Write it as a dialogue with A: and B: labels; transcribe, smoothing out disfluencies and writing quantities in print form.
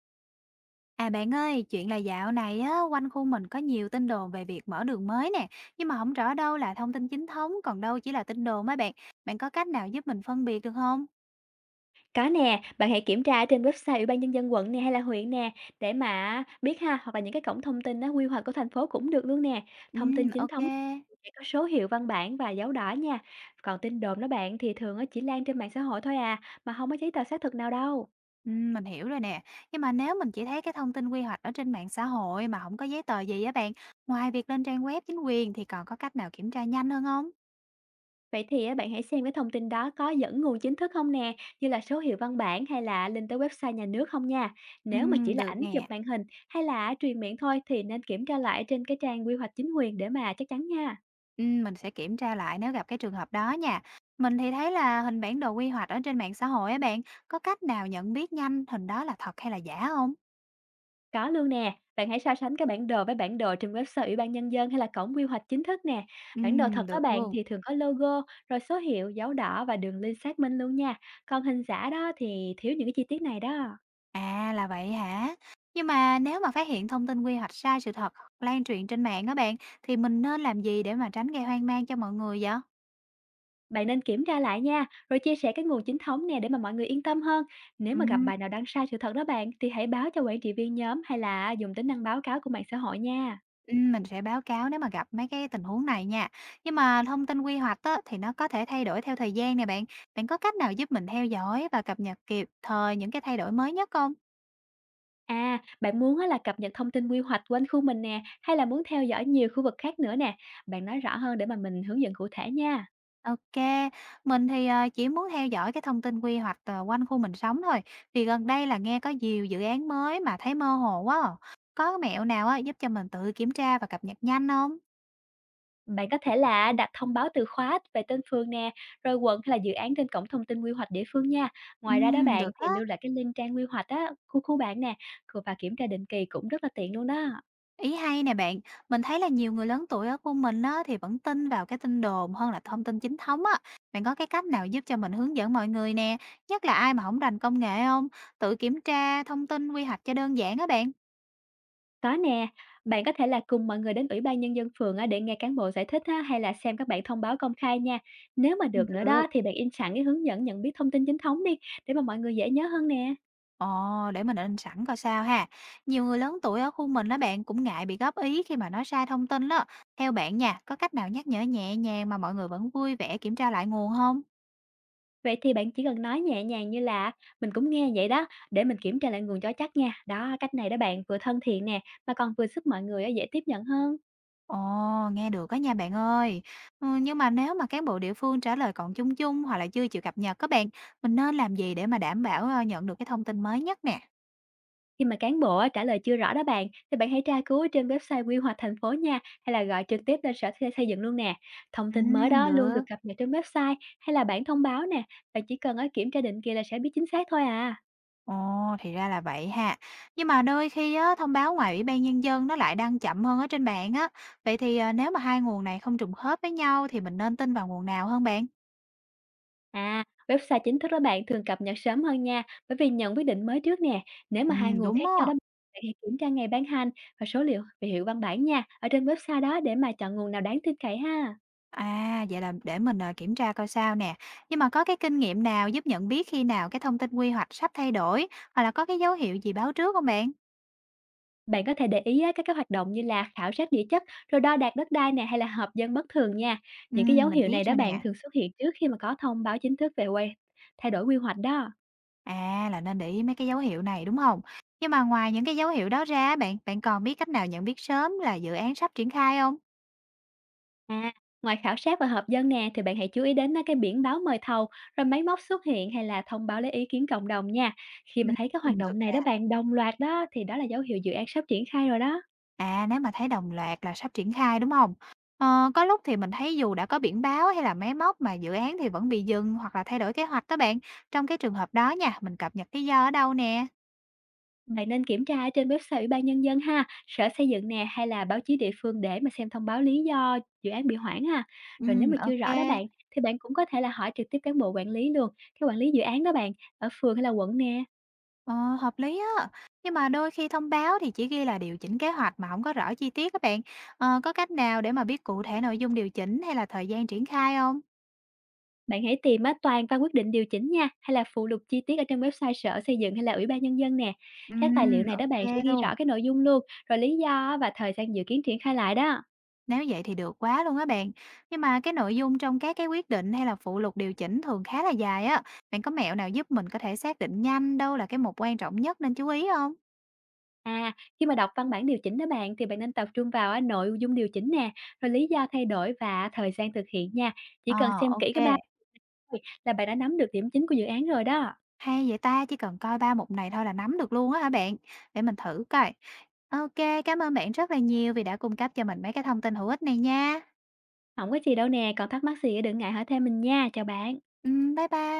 A: À bạn ơi, chuyện là dạo này á, quanh khu mình có nhiều tin đồn về việc mở đường mới nè, nhưng mà không rõ đâu là thông tin chính thống, còn đâu chỉ là tin đồn á bạn. Bạn có cách nào giúp mình phân biệt được không?
B: Có nè, bạn hãy kiểm tra ở trên website Ủy ban nhân dân quận nè hay là huyện nè để mà biết ha, hoặc là những cái cổng thông tin á, quy hoạch của thành phố cũng được luôn nè.
A: Ừ,
B: Thông tin chính
A: ok,
B: thống sẽ có số hiệu văn bản và dấu đỏ nha. Còn tin đồn đó bạn thì thường á, chỉ lan trên mạng xã hội thôi à, mà không có giấy tờ xác thực nào đâu.
A: ừ, mình hiểu rồi nè. Nhưng mà nếu mình chỉ thấy cái thông tin quy hoạch ở trên mạng xã hội mà không có giấy tờ gì á bạn, ngoài việc lên trang web chính quyền thì còn có cách nào kiểm tra nhanh hơn không?
B: Vậy thì á, bạn hãy xem cái thông tin đó có dẫn nguồn chính thức không nè, như là số hiệu văn bản hay là link tới website nhà nước không nha.
A: Ừ,
B: Nếu mà chỉ là
A: được
B: ảnh chụp
A: nè.
B: màn hình hay là truyền miệng thôi, thì nên kiểm tra lại trên cái trang quy hoạch chính quyền để mà chắc chắn nha.
A: Mình sẽ kiểm tra lại nếu gặp cái trường hợp đó nha. Mình thì thấy là hình bản đồ quy hoạch ở trên mạng xã hội á bạn, có cách nào nhận biết nhanh hình đó là thật hay là giả không?
B: Có luôn nè, bạn hãy so sánh cái bản đồ với bản đồ trên website Ủy ban Nhân dân hay là cổng quy hoạch chính thức nè. Bản đồ thật đó
A: Được
B: bạn
A: luôn.
B: thì thường có logo, rồi số hiệu, dấu đỏ và đường link xác minh luôn nha. Còn hình giả đó thì thiếu những cái chi tiết này đó.
A: À, là vậy hả? Nhưng mà nếu mà phát hiện thông tin quy hoạch sai sự thật lan truyền trên mạng á bạn, thì mình nên làm gì để mà tránh gây hoang mang cho mọi người vậy?
B: Bạn nên kiểm tra lại nha, rồi chia sẻ cái nguồn chính thống nè để mà mọi người yên tâm hơn. Nếu mà gặp
A: Ừm.
B: bài nào đăng sai sự thật đó bạn, thì hãy báo cho quản trị viên nhóm hay là dùng tính năng báo cáo của mạng xã hội nha.
A: Mình sẽ báo cáo nếu mà gặp mấy cái tình huống này nha. Nhưng mà thông tin quy hoạch á, thì nó có thể thay đổi theo thời gian nè bạn. Bạn có cách nào giúp mình theo dõi và cập nhật kịp thời những cái thay đổi mới nhất không?
B: À, bạn muốn á là cập nhật thông tin quy hoạch quanh khu mình nè, hay là muốn theo dõi nhiều khu vực khác nữa nè? Bạn nói rõ hơn để mà mình hướng dẫn cụ thể nha.
A: Ok, mình thì chỉ muốn theo dõi cái thông tin quy hoạch quanh khu mình sống thôi. Vì gần đây là nghe có nhiều dự án mới mà thấy mơ hồ quá à. Có mẹo nào á, giúp cho mình tự kiểm tra và cập nhật nhanh không?
B: Bạn có thể là đặt thông báo từ khóa về tên phường nè, rồi quận hay là dự án trên cổng thông tin quy hoạch địa phương nha. Ngoài ra đó bạn
A: Được á.
B: thì lưu lại cái link trang quy hoạch á, khu khu bạn nè, và kiểm tra định kỳ cũng rất là tiện luôn đó.
A: Ý hay nè bạn, mình thấy là nhiều người lớn tuổi ở khu mình á, thì vẫn tin vào cái tin đồn hơn là thông tin chính thống á. Bạn có cái cách nào giúp cho mình hướng dẫn mọi người nè, nhất là ai mà không rành công nghệ không? Tự kiểm tra thông tin quy hoạch cho đơn giản á bạn.
B: Có nè, bạn có thể là cùng mọi người đến Ủy ban Nhân dân phường á, để nghe cán bộ giải thích á, hay là xem các bản thông báo công khai nha. Nếu mà được nữa
A: Được.
B: đó, thì bạn in sẵn cái hướng dẫn nhận biết thông tin chính thống đi để mà mọi người dễ nhớ hơn nè.
A: Ồ, để mình in sẵn coi sao ha. Nhiều người lớn tuổi ở khu mình đó bạn cũng ngại bị góp ý khi mà nói sai thông tin đó. Theo bạn nha, có cách nào nhắc nhở nhẹ nhàng mà mọi người vẫn vui vẻ kiểm tra lại nguồn không?
B: Vậy thì bạn chỉ cần nói nhẹ nhàng, như là mình cũng nghe vậy đó, để mình kiểm tra lại nguồn cho chắc nha. Đó, cách này đó bạn vừa thân thiện nè, mà còn vừa giúp mọi người á, dễ tiếp nhận hơn.
A: Ồ, nghe được á nha bạn ơi. Ừ, nhưng mà nếu mà cán bộ địa phương trả lời còn chung chung hoặc là chưa chịu cập nhật các bạn, mình nên làm gì để mà đảm bảo nhận được cái thông tin mới nhất nè?
B: Khi mà cán bộ á, trả lời chưa rõ đó bạn, thì bạn hãy tra cứu ở trên website quy hoạch thành phố nha, hay là gọi trực tiếp lên sở xây xây dựng luôn nè. Thông
A: Ừ,
B: tin mới đó luôn được
A: được.
B: cập nhật trên website hay là bản thông báo nè, bạn chỉ cần ở kiểm tra định kỳ là sẽ biết chính xác thôi à.
A: Ồ, thì ra là vậy ha. Nhưng mà đôi khi á, thông báo ngoài Ủy ban Nhân dân nó lại đăng chậm hơn ở trên mạng á. Vậy thì nếu mà hai nguồn này không trùng khớp với nhau thì mình nên tin vào nguồn nào hơn bạn?
B: À, website chính thức đó bạn thường cập nhật sớm hơn nha, bởi vì nhận quyết định mới trước nè. Nếu
A: Ừ,
B: mà hai nguồn
A: đúng
B: khác nhau
A: á.
B: đó, bạn hãy kiểm tra ngày ban hành và số liệu về hiệu văn bản nha, ở trên website đó để mà chọn nguồn nào đáng tin cậy ha.
A: À, vậy là để mình, kiểm tra coi sao nè. Nhưng mà có cái kinh nghiệm nào giúp nhận biết khi nào cái thông tin quy hoạch sắp thay đổi, hoặc là có cái dấu hiệu gì báo trước không bạn?
B: Bạn có thể để ý á, các cái hoạt động như là khảo sát địa chất, rồi đo đạc đất đai nè, hay là hợp dân bất thường nha. Những cái dấu
A: Mình
B: hiệu
A: biết
B: này đó
A: rồi nè.
B: bạn thường xuất hiện trước khi mà có thông báo chính thức về thay đổi quy hoạch đó.
A: À, là nên để ý mấy cái dấu hiệu này, đúng không? Nhưng mà ngoài những cái dấu hiệu đó ra bạn, bạn còn biết cách nào nhận biết sớm là dự án sắp triển khai không?
B: À, ngoài khảo sát và hợp dân nè, thì bạn hãy chú ý đến á, cái biển báo mời thầu, rồi máy móc xuất hiện hay là thông báo lấy ý kiến cộng đồng nha. Khi mà thấy các hoạt
A: Thực
B: động này
A: ra
B: đó bạn đồng loạt đó, thì đó là dấu hiệu dự án sắp triển khai rồi đó.
A: À, nếu mà thấy đồng loạt là sắp triển khai, đúng không? Ờ, có lúc thì mình thấy dù đã có biển báo hay là máy móc mà dự án thì vẫn bị dừng hoặc là thay đổi kế hoạch đó bạn. Trong cái trường hợp đó nha, mình cập nhật lý do ở đâu nè?
B: Bạn nên kiểm tra ở trên website Ủy ban Nhân dân ha, sở xây dựng nè hay là báo chí địa phương để mà xem thông báo lý do dự án bị hoãn ha. Rồi nếu mà chưa
A: Ok.
B: rõ đó bạn, thì bạn cũng có thể là hỏi trực tiếp cán bộ quản lý luôn, cái quản lý dự án đó bạn, ở phường hay là quận nè.
A: Ờ, hợp lý á. Nhưng mà đôi khi thông báo thì chỉ ghi là điều chỉnh kế hoạch mà không có rõ chi tiết các bạn. Ờ, có cách nào để mà biết cụ thể nội dung điều chỉnh hay là thời gian triển khai không?
B: Bạn hãy tìm á, toàn văn quyết định điều chỉnh nha, hay là phụ lục chi tiết ở trên website sở xây dựng hay là Ủy ban Nhân dân nè. Các tài liệu này đó
A: Ok
B: bạn sẽ ghi rõ
A: luôn.
B: cái nội dung luôn, rồi lý do á, và thời gian dự kiến triển khai lại đó.
A: Nếu vậy thì được quá luôn á bạn. Nhưng mà cái nội dung trong các cái quyết định hay là phụ lục điều chỉnh thường khá là dài á. Bạn có mẹo nào giúp mình có thể xác định nhanh đâu là cái mục quan trọng nhất nên chú ý không?
B: À, khi mà đọc văn bản điều chỉnh đó bạn, thì bạn nên tập trung vào á, nội dung điều chỉnh nè, rồi lý do thay đổi và thời gian thực hiện nha. Chỉ
A: Ờ,
B: cần xem kỹ
A: ok.
B: cái bài là bạn đã nắm được điểm chính của dự án rồi đó.
A: Hay vậy ta chỉ cần coi ba mục này thôi là nắm được luôn á hả bạn? Để mình thử coi. Ok, cảm ơn bạn rất là nhiều vì đã cung cấp cho mình mấy cái thông tin hữu ích này nha.
B: Không có gì đâu nè, còn thắc mắc gì á, đừng ngại hỏi thêm mình nha. Chào bạn.
A: Ừ, bye bye.